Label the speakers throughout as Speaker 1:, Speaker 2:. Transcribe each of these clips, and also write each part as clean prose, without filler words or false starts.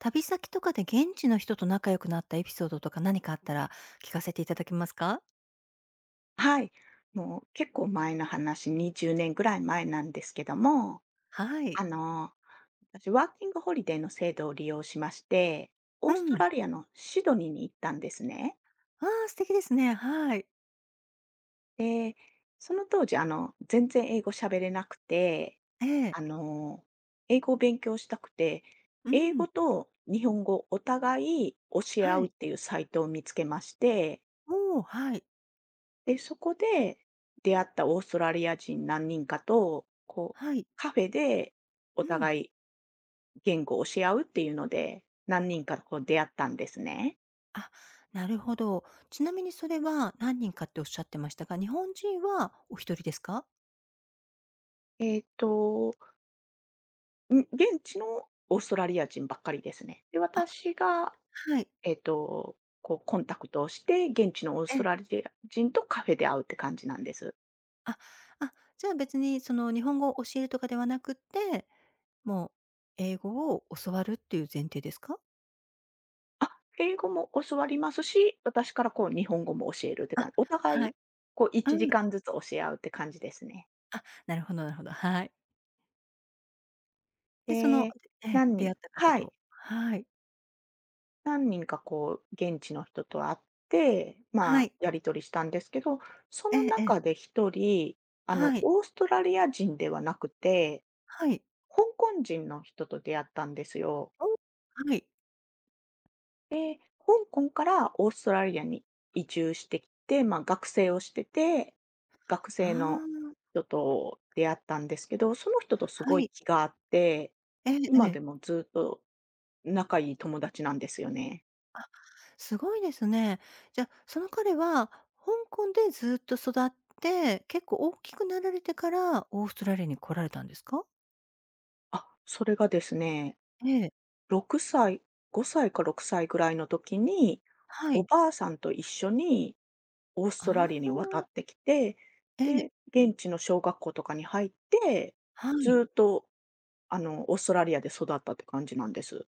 Speaker 1: 旅先とかで現地の人と仲良くなったエピソードとか何かあったら聞かせていただけますか？
Speaker 2: はい。もう結構前の話、20年ぐらい前なんですけども、
Speaker 1: はい。
Speaker 2: あの、私、ワーキングホリデーの制度を利用しまして、オ
Speaker 1: う
Speaker 2: ースト
Speaker 1: ん。
Speaker 2: ラリアのシドニーに行ったんですね。
Speaker 1: ああ、素敵ですね。はい。
Speaker 2: で、その当時、全然英語喋れなくて、
Speaker 1: ええ。
Speaker 2: あの、英語を勉強したくて、
Speaker 1: う
Speaker 2: 英
Speaker 1: ん。
Speaker 2: 語と日本語お互い教え合
Speaker 1: は
Speaker 2: うっ
Speaker 1: い。
Speaker 2: ていうサイトを見つけまして、
Speaker 1: おお、はい。
Speaker 2: で、そこで出会ったオーストラリア人何人かと、こう、
Speaker 1: はい。
Speaker 2: カフェでお
Speaker 1: うん。
Speaker 2: 互い言語を教え合うっていうので、何人かこう出会ったんですね。
Speaker 1: あ、なるほど。ちなみにそれは何人かっておっしゃってましたが、日本人はお一人ですか？
Speaker 2: えっと、現地のオーストラリア人ばっかりですね。で、
Speaker 1: あ、
Speaker 2: 私が、
Speaker 1: はい。
Speaker 2: えっと、こうコンタクトをして、現地のオース
Speaker 1: え
Speaker 2: トラ
Speaker 1: え。
Speaker 2: リア人とカフェで会うって感じなんです。
Speaker 1: あ、あ、じゃあ別にその日本語を教えるとかではなくって、もう英語を教わるっていう前提ですか？
Speaker 2: あ、英語も教わりますし、私からこう日本語も教えるって
Speaker 1: あ、
Speaker 2: 感じ。お互
Speaker 1: は
Speaker 2: い、
Speaker 1: い。
Speaker 2: こう1
Speaker 1: うん。
Speaker 2: 時間ずつ教え合うって感じですね。
Speaker 1: あ、なるほどなるほど、はい。で、その
Speaker 2: で、何
Speaker 1: 出会
Speaker 2: 人
Speaker 1: った方
Speaker 2: はい、
Speaker 1: と、はい。
Speaker 2: 何人かこう現地の人と会って、
Speaker 1: は
Speaker 2: まあ、
Speaker 1: い。
Speaker 2: やり取りしたんですけど、そ
Speaker 1: え
Speaker 2: の
Speaker 1: えええ。
Speaker 2: 中で一人、
Speaker 1: はい。
Speaker 2: オーストラリア人ではなくて、
Speaker 1: はい。
Speaker 2: 香港人の人と出会ったんですよ。
Speaker 1: お、はい。
Speaker 2: で、香港からオーストラリアに移住してきて、まあ、学生をしてて、学
Speaker 1: あ
Speaker 2: 生の
Speaker 1: あ、
Speaker 2: 人と出会ったんですけど、その人とす
Speaker 1: は
Speaker 2: ごい
Speaker 1: い。
Speaker 2: 気があって、
Speaker 1: えええ
Speaker 2: 今で
Speaker 1: え。
Speaker 2: もずっと仲いい友達なんですよね。
Speaker 1: あ、すごいですね。じゃ、その彼は香港でずっと育って、結構大きくなられてからオーストラリアに来られたんですか？
Speaker 2: あ、それがですね、
Speaker 1: ええ、
Speaker 2: 6歳、5歳か6歳ぐらいの時に、
Speaker 1: は
Speaker 2: お
Speaker 1: い。
Speaker 2: ばあさんと一緒にオース
Speaker 1: あ
Speaker 2: トラ
Speaker 1: あ、
Speaker 2: リアに渡ってきて、
Speaker 1: ええ、
Speaker 2: で、現地の小学校とかに入って、
Speaker 1: はい。
Speaker 2: ずっと、オーストラリアで育ったって感じなんです。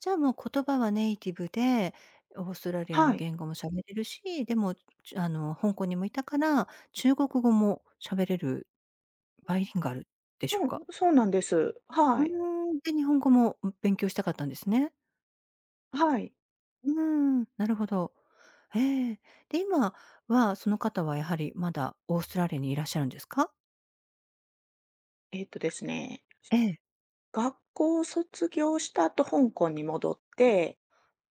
Speaker 1: じゃあ、もう言葉はネイティブで、オーストラリア
Speaker 2: は
Speaker 1: の
Speaker 2: い。
Speaker 1: 言語も喋れるし、でも、香港にもいたから、中国語も喋れる、バイリンガルでしょうか？
Speaker 2: そうなんです。は
Speaker 1: う
Speaker 2: い。
Speaker 1: ーん、で、日本語も、勉強したかったんですね。
Speaker 2: はい。
Speaker 1: うーん、なるほど。ええ。で、今は、その方はやはりまだオーストラリアにいらっしゃるんですか？
Speaker 2: えっとですね、
Speaker 1: ええ。
Speaker 2: 学校を卒業した後、香港に戻って、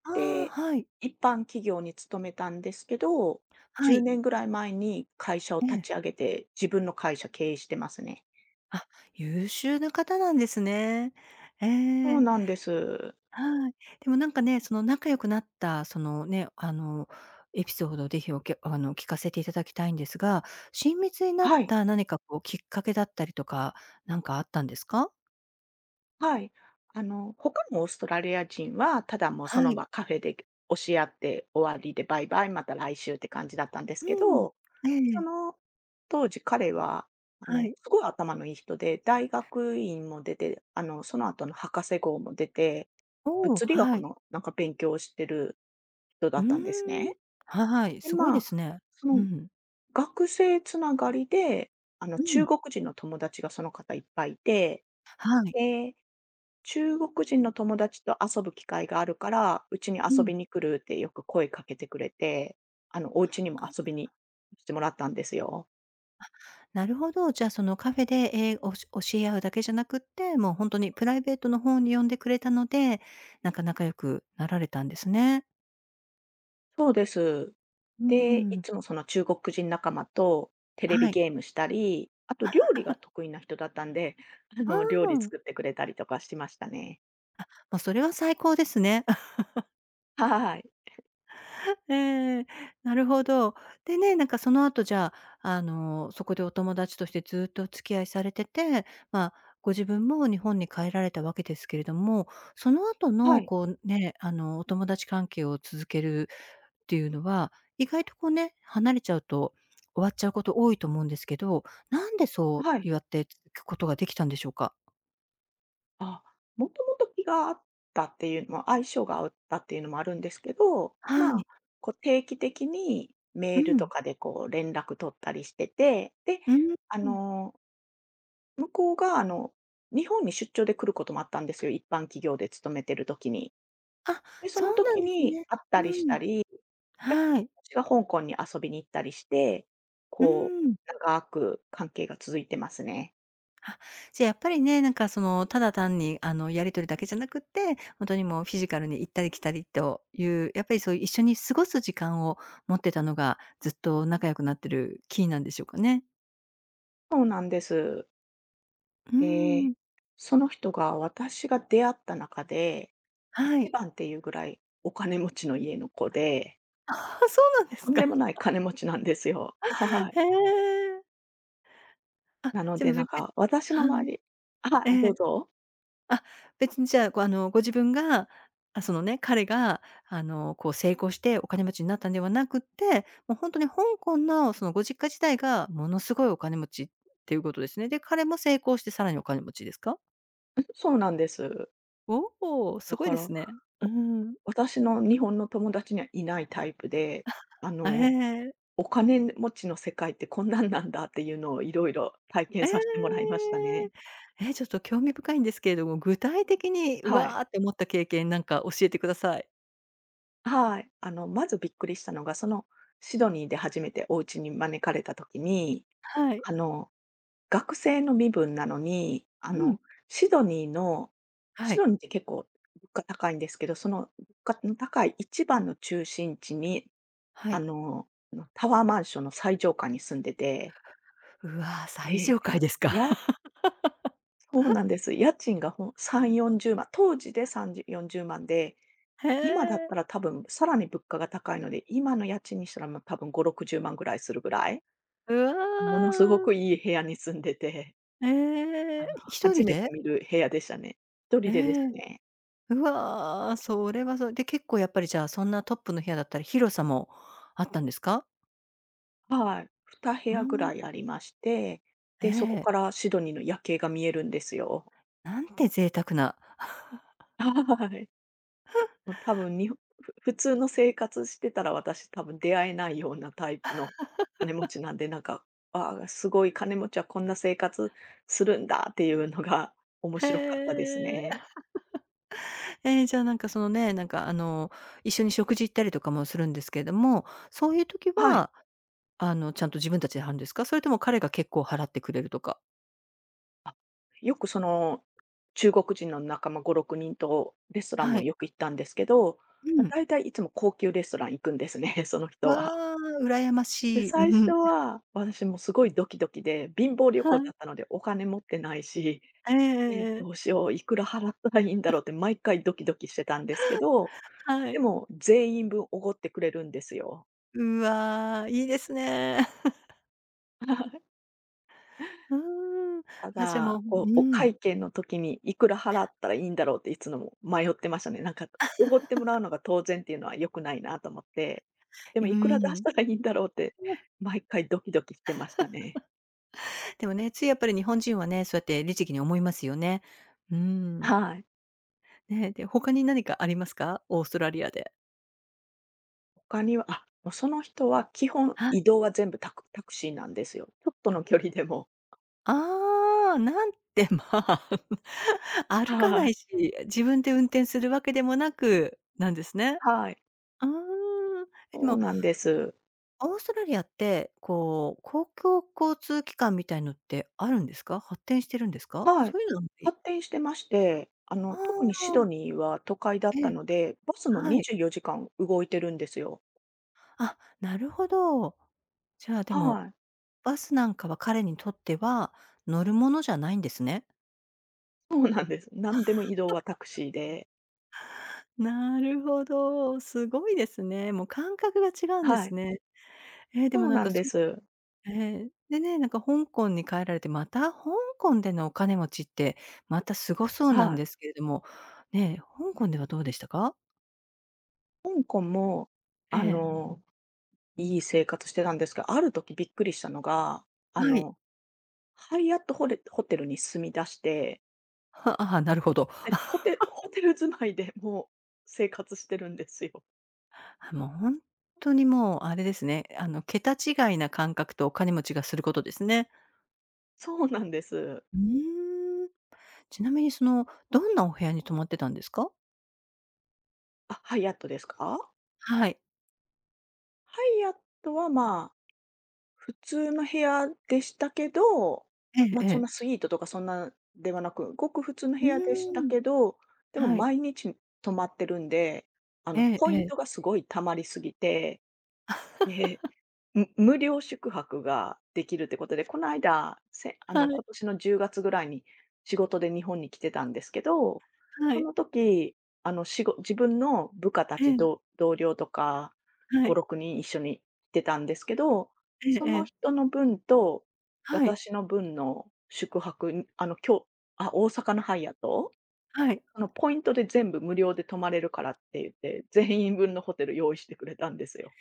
Speaker 1: ああ、
Speaker 2: で、
Speaker 1: はい。
Speaker 2: 一般企業に勤めたんですけど、
Speaker 1: は
Speaker 2: 10
Speaker 1: い。
Speaker 2: 年ぐらい前に会社を
Speaker 1: え
Speaker 2: 立
Speaker 1: え。
Speaker 2: ち上げて、自分の会社経営してますね。
Speaker 1: あ、優秀な方なんですね。え
Speaker 2: そう
Speaker 1: え。
Speaker 2: なんです。
Speaker 1: はい。でもなんかね、その仲良くなった、そのね、エピソードをぜひ聞かせていただきたいんですが、親密になっ
Speaker 2: はい。
Speaker 1: た何かこうきっかけだったりとか、なんかあったんですか？
Speaker 2: はい。他のオーストラリア人は、ただもう
Speaker 1: は
Speaker 2: その
Speaker 1: い。
Speaker 2: 場カフェで押し合って終わりでバイバイ、また来週って感じだったんですけ
Speaker 1: うん。
Speaker 2: ど、
Speaker 1: え
Speaker 2: そ
Speaker 1: え。
Speaker 2: の当時彼は、
Speaker 1: はい。
Speaker 2: すごい頭のいい人で、大学院も出て、その後の博士号も出て、
Speaker 1: おお、
Speaker 2: 物理
Speaker 1: は
Speaker 2: 学
Speaker 1: い。
Speaker 2: のなんか勉強をしてる人だ
Speaker 1: うー
Speaker 2: ったんです
Speaker 1: ん。
Speaker 2: ね。
Speaker 1: はい、
Speaker 2: で、
Speaker 1: すごい
Speaker 2: ま
Speaker 1: で
Speaker 2: あ、
Speaker 1: すね。
Speaker 2: そ
Speaker 1: う
Speaker 2: の
Speaker 1: ん。
Speaker 2: 学生つながりで、
Speaker 1: う
Speaker 2: 中
Speaker 1: ん。
Speaker 2: 国人の友達がその方いっぱいいて、
Speaker 1: はい。
Speaker 2: 中国人の友達と遊ぶ機会があるから、うちに
Speaker 1: う
Speaker 2: 遊
Speaker 1: ん。
Speaker 2: びに来るってよく声かけてくれて、お家にも遊びに来てもらったんですよ。
Speaker 1: なるほど。じゃあ、そのカフェで、え、教え合うだけじゃなくって、もう本当にプライベートの方に呼んでくれたので、なんか仲良くなられたんですね。
Speaker 2: そうです。
Speaker 1: うー
Speaker 2: で、い
Speaker 1: ん。
Speaker 2: つもその中国人仲間とテレビ
Speaker 1: はい。
Speaker 2: ゲームしたり、あと料理が得意な人だったんで、
Speaker 1: あ
Speaker 2: 料理作っ
Speaker 1: あ。
Speaker 2: てくれたりとかしましたね。
Speaker 1: まあ、それは最高ですね。
Speaker 2: はい。
Speaker 1: ええ、なるほど。でね、なんかその後じゃあ、そこでお友達としてずっとお付き合いされてて、まあ、ご自分も日本に帰られたわけですけれども、その後
Speaker 2: は
Speaker 1: の
Speaker 2: い。
Speaker 1: こうね、お友達関係を続けるっていうのは、意外とこうね、離れちゃうと終わっちゃうこと多いと思うんですけど、なんでそ
Speaker 2: は
Speaker 1: う
Speaker 2: い。
Speaker 1: やって続くことができたんでしょうか？
Speaker 2: あ、もともと気が合ったっていうのも相性が合ったっていうのもあるんですけど、
Speaker 1: は
Speaker 2: ま
Speaker 1: い。
Speaker 2: あ、こう定期的にメ
Speaker 1: う
Speaker 2: ールと
Speaker 1: ん。
Speaker 2: かでこう連絡取ったりしてて、で、
Speaker 1: うー
Speaker 2: あ
Speaker 1: ん。
Speaker 2: の、向こうが日本に出張で来ることもあったんですよ、一般企業で勤めてる時に。
Speaker 1: あ、
Speaker 2: で、そ
Speaker 1: そ
Speaker 2: の
Speaker 1: うなん
Speaker 2: 時
Speaker 1: です
Speaker 2: に
Speaker 1: ね。
Speaker 2: 会ったり
Speaker 1: う
Speaker 2: し
Speaker 1: ん。
Speaker 2: たり、逆に
Speaker 1: はい。
Speaker 2: 私が香港に遊びに行ったりして、
Speaker 1: うー
Speaker 2: こ
Speaker 1: ん。
Speaker 2: う、長く関係が続いてますね。
Speaker 1: あ、じゃ、やっぱりね、なんかその、ただ単にやり取りだけじゃなくって、ほんとにもうフィジカルに行ったり来たりという、やっぱりそういう一緒に過ごす時間を持ってたのが、ずっと仲良くなってるキーなんでしょうかね？
Speaker 2: そうなんです。
Speaker 1: うー
Speaker 2: で、
Speaker 1: ん。
Speaker 2: その人が私が出会った中で、
Speaker 1: は
Speaker 2: 一
Speaker 1: い。
Speaker 2: 番っていうぐらいお金持ちの家の子で、
Speaker 1: ああ、そうなんで
Speaker 2: と
Speaker 1: す
Speaker 2: んで
Speaker 1: か。
Speaker 2: もない金持ちなんですよ。はい。
Speaker 1: へえ。あ、
Speaker 2: なの
Speaker 1: じゃ、
Speaker 2: でなんか、私の
Speaker 1: はい。
Speaker 2: 周りは
Speaker 1: え
Speaker 2: い、ど
Speaker 1: え。
Speaker 2: うぞ。
Speaker 1: あ、別にじゃあ、こう、ご自分が、あ、そのね、彼が、こう、成功してお金持ちになったんではなくって、もうほんとに香港の、その、ご実家自体がものすごいお金持ちっていうことですね。で、彼も成功してさらにお金持ちですか？
Speaker 2: そうなんです。
Speaker 1: おお、す
Speaker 2: だ
Speaker 1: ごい
Speaker 2: か
Speaker 1: で
Speaker 2: ら、
Speaker 1: すね。うーん。
Speaker 2: 私の日本の友達にはいないタイプで、あ
Speaker 1: あ、
Speaker 2: の、
Speaker 1: へえ。
Speaker 2: お金持ちの世界ってこんなんなんだっていうのをいろいろ体験
Speaker 1: え
Speaker 2: させてもらい
Speaker 1: え。
Speaker 2: ましたね。
Speaker 1: え、ちょっと興味深いんですけれども、具体的に、う
Speaker 2: はい。
Speaker 1: わって思った経験なんか教えてください。
Speaker 2: はい。まずびっくりしたのが、その、シドニーで初めてお家に招かれた時に、
Speaker 1: はい。
Speaker 2: あの、学生の身分なのに、
Speaker 1: うん。
Speaker 2: シドニーの
Speaker 1: は
Speaker 2: シ
Speaker 1: い。
Speaker 2: ドニーって結構物価高いんですけど、その物価の高い一番の中心地に、
Speaker 1: は
Speaker 2: あ
Speaker 1: い。
Speaker 2: の、タワーマンションの最上階に住んでて、
Speaker 1: うわ、最
Speaker 2: で、
Speaker 1: 上階ですか。
Speaker 2: やそうなんです。家賃がほん3、40万、当時で3じ40万で
Speaker 1: へ
Speaker 2: 今だっ
Speaker 1: え。
Speaker 2: たら多分さらに物価が高いので、今の家賃にしたら、ま、多分5、60万ぐらいするぐらい、
Speaker 1: う
Speaker 2: ものすご
Speaker 1: わ。
Speaker 2: くいい部屋に住んでて、
Speaker 1: え
Speaker 2: あ
Speaker 1: え、
Speaker 2: の、
Speaker 1: 1
Speaker 2: 初
Speaker 1: 人
Speaker 2: めて
Speaker 1: で？
Speaker 2: 見る部屋でしたね。一人
Speaker 1: え
Speaker 2: でです
Speaker 1: え。
Speaker 2: ね。
Speaker 1: うわ、それはそれで結構やっぱりじゃあ、そんなトップの部屋だったら広さもあったんですか？
Speaker 2: はい、2部
Speaker 1: うー
Speaker 2: 屋ぐ
Speaker 1: ん、
Speaker 2: らいありまして、
Speaker 1: え
Speaker 2: で、そこ
Speaker 1: え。
Speaker 2: からシドニーの夜景が見えるんですよ。
Speaker 1: なんて贅沢な。
Speaker 2: はい。もう多分にほふ普通の生活してたら、私多分出会えないようなタイプの金持ちなんで、なんか、ああ、すごい金持ちはこんな生活するんだっていうのが面
Speaker 1: へ
Speaker 2: 白かったです
Speaker 1: え。
Speaker 2: ね。
Speaker 1: え、じゃあなんかそのね、なんか一緒に食事行ったりとかもするんですけれども、そういう時
Speaker 2: はい。
Speaker 1: はちゃんと自分たちで払うんですか？それとも彼が結構払ってくれるとか。
Speaker 2: あ、よくその、中国人の仲間5、6人とレストラン
Speaker 1: は
Speaker 2: も
Speaker 1: い。
Speaker 2: よく行ったんですけど、
Speaker 1: う
Speaker 2: ま、
Speaker 1: ん。
Speaker 2: 大体いつも高級レストラン行くんですね、その人
Speaker 1: わ
Speaker 2: は。
Speaker 1: あ、羨ま
Speaker 2: で、
Speaker 1: しい。う
Speaker 2: 最初
Speaker 1: ん、
Speaker 2: は私もすごいドキドキで、貧乏旅
Speaker 1: は
Speaker 2: 行だ
Speaker 1: い。
Speaker 2: ったのでお金持ってないし、
Speaker 1: えええ
Speaker 2: ええ、
Speaker 1: ええ
Speaker 2: ど
Speaker 1: え。
Speaker 2: うしよう、いくら払ったらいいんだろうって毎回ドキドキしてたんですけど、
Speaker 1: は
Speaker 2: で
Speaker 1: い。
Speaker 2: も全員分おごってくれるんですよ。
Speaker 1: うわ、いいですね。うーん。
Speaker 2: た
Speaker 1: あ、じゃ、も
Speaker 2: だ、
Speaker 1: う、
Speaker 2: こう、
Speaker 1: う
Speaker 2: お
Speaker 1: ん。
Speaker 2: 会計の時にいくら払ったらいいんだろうっていつのも迷ってましたね。なんか、おごってもらうのが当然っていうのは良くないなと思って、でも
Speaker 1: う
Speaker 2: いく
Speaker 1: ー
Speaker 2: ら出し
Speaker 1: ん。
Speaker 2: たらいいんだろうって毎回ドキドキしてましたね。
Speaker 1: でもね、ついやっぱり日本人はね、そうやって律儀に思いますよね。うーん。
Speaker 2: はい。
Speaker 1: ね、で、他に何かありますか？オーストラリアで。
Speaker 2: 他には、あ、もうその人は基本
Speaker 1: は
Speaker 2: 移
Speaker 1: い。
Speaker 2: 動は全部タクシーなんですよ。ちょっとの距離でも。
Speaker 1: ああ、なんて、まあ、歩かな
Speaker 2: は
Speaker 1: い
Speaker 2: い。
Speaker 1: し、自分で運転するわけでもなく、なんですね。
Speaker 2: はい。
Speaker 1: うーん。で
Speaker 2: そう
Speaker 1: も
Speaker 2: なんです。
Speaker 1: オーストラリアって、こう、公共交通機関みたいのってあるんですか？発展してるんですか？
Speaker 2: はい。
Speaker 1: そういうのはあい。
Speaker 2: 発展してまして、
Speaker 1: あ
Speaker 2: 特にシ
Speaker 1: あ、
Speaker 2: ドニーは都会だっ
Speaker 1: え
Speaker 2: た
Speaker 1: え、
Speaker 2: ので、バスも
Speaker 1: はい。
Speaker 2: 24時間動いてるんですよ。
Speaker 1: あ、なるほど。じゃあ、でも、
Speaker 2: はい。
Speaker 1: バスなんかは彼にとっては乗るものじゃないんですね。
Speaker 2: そうなんです。何でも移動はタクシーで。
Speaker 1: なるほど、すごいですね。もう感覚が違うんで
Speaker 2: は
Speaker 1: す
Speaker 2: い。
Speaker 1: ね。ええ、で
Speaker 2: そ
Speaker 1: も
Speaker 2: う
Speaker 1: なん
Speaker 2: な
Speaker 1: か
Speaker 2: んです。
Speaker 1: ええ。でね、なんか香港に帰られて、また香港でのお金持ちって、またすごそうなん
Speaker 2: はい。
Speaker 1: ですけれども、ねえ、香港ではどうでしたか？
Speaker 2: 香港も、
Speaker 1: え
Speaker 2: あ
Speaker 1: え、
Speaker 2: の、いい生活してたんですが、ある時びっくりしたのが、あ
Speaker 1: はい。
Speaker 2: の、ハイアットホレホテルに住み出して、
Speaker 1: はああ、なるほど。
Speaker 2: でホテル住まいでもう生活してるんですよ。
Speaker 1: あ、もうほんとにもうあれですね、桁違いな感覚とお金持ちがすることですね。
Speaker 2: そうなんです。
Speaker 1: うーん。ちなみにその、どんなお部屋に泊まってたんですか？
Speaker 2: あ、ハイアットですか？
Speaker 1: はい。
Speaker 2: ハイアットは、まあ、普通の部屋でしたけど、
Speaker 1: え
Speaker 2: ま、
Speaker 1: え
Speaker 2: そん
Speaker 1: え
Speaker 2: な
Speaker 1: え。
Speaker 2: スイートとかそんなではなく、ごく普通の部
Speaker 1: う
Speaker 2: 屋でした
Speaker 1: ーん。
Speaker 2: けど、でも
Speaker 1: はい。
Speaker 2: 毎日泊まってるんで、
Speaker 1: ええ
Speaker 2: ポイ
Speaker 1: え
Speaker 2: ントが
Speaker 1: え。
Speaker 2: すごい溜まりすぎて、 で、無料宿泊ができるってことで、この間、せあ
Speaker 1: は
Speaker 2: の、今
Speaker 1: い、
Speaker 2: 年の10月ぐらいに仕事で日本に来てたんですけど、
Speaker 1: は
Speaker 2: そ
Speaker 1: い。
Speaker 2: の時、ご自分の部下た
Speaker 1: え
Speaker 2: ち、
Speaker 1: え、
Speaker 2: 同僚とか
Speaker 1: は
Speaker 2: 5、
Speaker 1: い。
Speaker 2: 6人一緒に来てたんですけど、
Speaker 1: ええ
Speaker 2: そ
Speaker 1: え
Speaker 2: の
Speaker 1: え。
Speaker 2: 人の分と
Speaker 1: はい、
Speaker 2: 私の分の宿泊に、あ、大阪のハイアット、
Speaker 1: はい。
Speaker 2: その、ポイントで全部無料で泊まれるからって言って、全員分のホテル用意してくれたんですよ。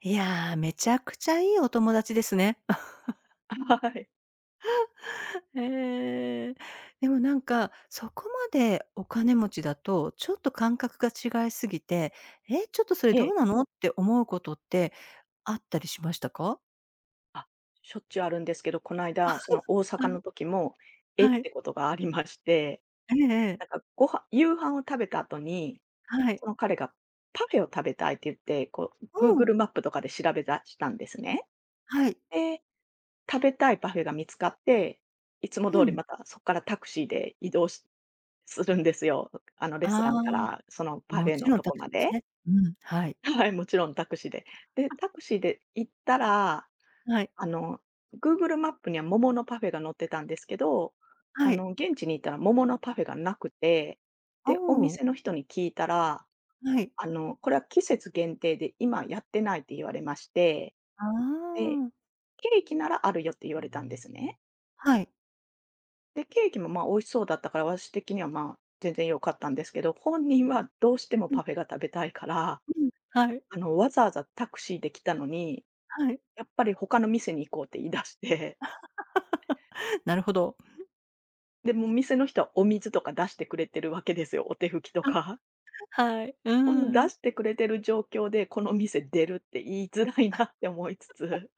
Speaker 1: いやー、めちゃくちゃいいお友達ですね。
Speaker 2: はい。
Speaker 1: へえ。でもなんか、そこまでお金持ちだと、ちょっと感覚が違いすぎて、「え、ちょっとそれ
Speaker 2: え
Speaker 1: どうな
Speaker 2: え。
Speaker 1: の？」って思うことってあったりしましたか？
Speaker 2: あ、しょっちゅうあるんですけど、この間その大
Speaker 1: は
Speaker 2: 阪
Speaker 1: い、
Speaker 2: の時も、えっ
Speaker 1: はい。
Speaker 2: てことがありまして、
Speaker 1: えええ
Speaker 2: なん
Speaker 1: え。
Speaker 2: か夕飯を食べた後に、
Speaker 1: はい。
Speaker 2: その彼がパフェを食べたいって言って、こう、
Speaker 1: うん。
Speaker 2: Google マップとかで調べたんですね。
Speaker 1: はい。
Speaker 2: で、食べたいパフェが見つかって、いつも
Speaker 1: う
Speaker 2: 通り
Speaker 1: ん。
Speaker 2: またそこからタクシーで移動しするんですよ。あのレスト
Speaker 1: あ
Speaker 2: ランか
Speaker 1: あ、
Speaker 2: ら、そのパフ
Speaker 1: も
Speaker 2: ェ
Speaker 1: ち
Speaker 2: の
Speaker 1: ろん
Speaker 2: と
Speaker 1: タ
Speaker 2: こ
Speaker 1: クシ
Speaker 2: ま
Speaker 1: ーです
Speaker 2: で。
Speaker 1: ね。うん、はい。
Speaker 2: はい、もちろんタクシーで。で、タクシーで行ったら
Speaker 1: はい。
Speaker 2: あの、Google マップには桃のパフェが載ってたんですけど、
Speaker 1: はい。
Speaker 2: 現地に行ったら桃のパフェがなくて、
Speaker 1: お
Speaker 2: で、お
Speaker 1: お、
Speaker 2: 店の人に聞いたら、
Speaker 1: はい。
Speaker 2: これは季節限定で今やってないって言われまして、
Speaker 1: あ
Speaker 2: で、
Speaker 1: あ、
Speaker 2: ケーキならあるよって言われたんですね。
Speaker 1: はい。
Speaker 2: で、ケーキもまあ美味しそうだったから、私的にはまあ全然良かったんですけど、本人はどうしても
Speaker 1: うん、
Speaker 2: パフェが食べたいから、
Speaker 1: うん、はい、
Speaker 2: わざわざタクシーで来たのに、
Speaker 1: はい。
Speaker 2: やっぱり他の店に行こうって言い出して、
Speaker 1: なるほど。
Speaker 2: で、もう店の人はお水とか出してくれてるわけですよ、お手拭きとか。
Speaker 1: はい、う
Speaker 2: この出
Speaker 1: ーん。
Speaker 2: してくれてる状況で、この店出るって言いづらいなって思いつつ、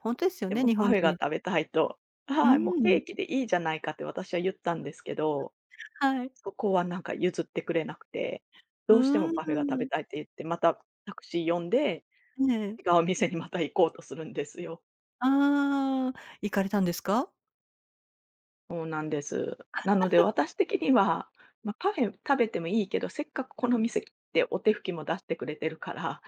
Speaker 1: ほんとですよ
Speaker 2: で
Speaker 1: ね、
Speaker 2: も
Speaker 1: 日
Speaker 2: パ
Speaker 1: 本
Speaker 2: フェ
Speaker 1: 人
Speaker 2: が
Speaker 1: に
Speaker 2: 食べたいと、
Speaker 1: う
Speaker 2: はい、もう
Speaker 1: ー
Speaker 2: ケ
Speaker 1: ん、
Speaker 2: ーキでいいじゃないかって私は言ったんですけど、
Speaker 1: はい。
Speaker 2: そこはなんか譲ってくれなくて、
Speaker 1: う
Speaker 2: どうしても
Speaker 1: ー
Speaker 2: パフェが食べ
Speaker 1: ん、
Speaker 2: たいって言って、またタクシー呼んで、
Speaker 1: ええ。
Speaker 2: 違う店にまた行こうとするんですよ。
Speaker 1: ああ、行かれたんですか？
Speaker 2: そうなんです。なので私的には、まあ、パフェ食べてもいいけど、せっかくこの店ってお手拭きも出してくれてるから、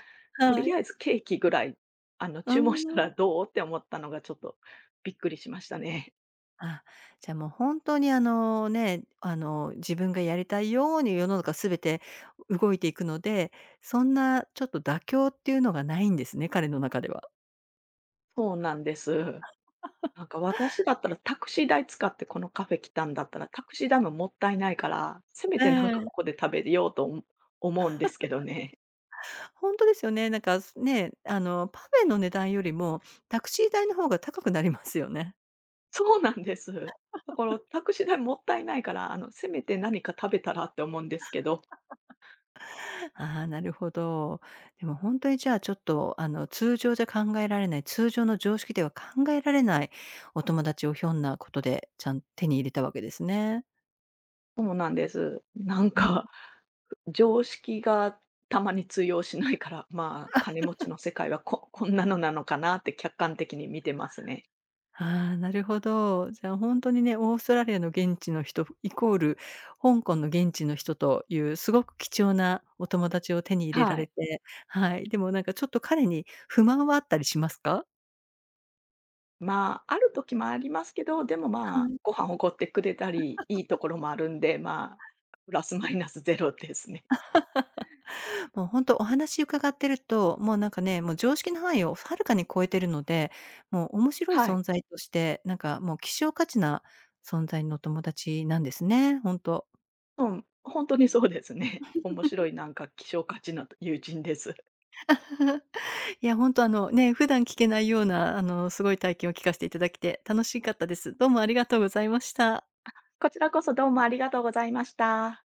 Speaker 2: と
Speaker 1: は
Speaker 2: り
Speaker 1: い。
Speaker 2: あえずケーキぐらい、
Speaker 1: うー
Speaker 2: 注文した
Speaker 1: ん。
Speaker 2: らどうって思ったのがちょっとびっくりしましたね。
Speaker 1: あ、じゃあもうほんとにあのね、自分がやりたいように世の中全て動いていくので、そんなちょっと妥協っていうのがないんですね、彼の中では。
Speaker 2: そうなんです。なんか私だったらタクシー代使ってこのカフェ来たんだったら、タクシー代ももったいないから、せめ
Speaker 1: え
Speaker 2: てなんか
Speaker 1: え。
Speaker 2: ここで食べようと思うんですけどね。
Speaker 1: ほんとですよね。なんかあのパフェの値段よりもタクシー代の方が高くなりますよね。
Speaker 2: そうなんです。だからタクシー代もったいないから、せめて何か食べたらって思うんですけど。
Speaker 1: ああ、なるほど。でも本当にじゃあ、ちょっと、通常じゃ考えられない、通常の常識では考えられないお友達をひょんなことで、ちゃん手に入れたわけですね。
Speaker 2: そうなんです。なん
Speaker 1: うん。
Speaker 2: か、常識がたまに通用しないから、まあ、金持ちの世界はこんなのなのかなって客観的に見てますね。
Speaker 1: ああ、なるほど。じゃあ、本当にね、オーストラリアの現地の人イコール香港の現地の人という、すごく貴重なお友達を手に入れら
Speaker 2: は
Speaker 1: れ
Speaker 2: い。
Speaker 1: て、はい。でもなんかちょっと彼に不満はあったりしますか？
Speaker 2: まあ、ある時もありますけど、でも
Speaker 1: は
Speaker 2: まあ、
Speaker 1: い。
Speaker 2: ご飯おごってくれたり、いいところもあるんで、まあ、プラスマイナスゼロですね。
Speaker 1: もう本当お話伺ってると、もうなんかね、もう常識の範囲をはるかに超えてるので、もう面白い
Speaker 2: はい。
Speaker 1: 存在として、なんかもう希少価値な存在のお友達なんですね、本当。
Speaker 2: うん、本当にそうですね。面白いなんか希少価値の友人です。
Speaker 1: いや本当あのね、普段聞けないようなあのすごい体験を聞かせていただきて楽しかったです。どうもありがとうございました。
Speaker 2: こちらこそどうもありがとうございました。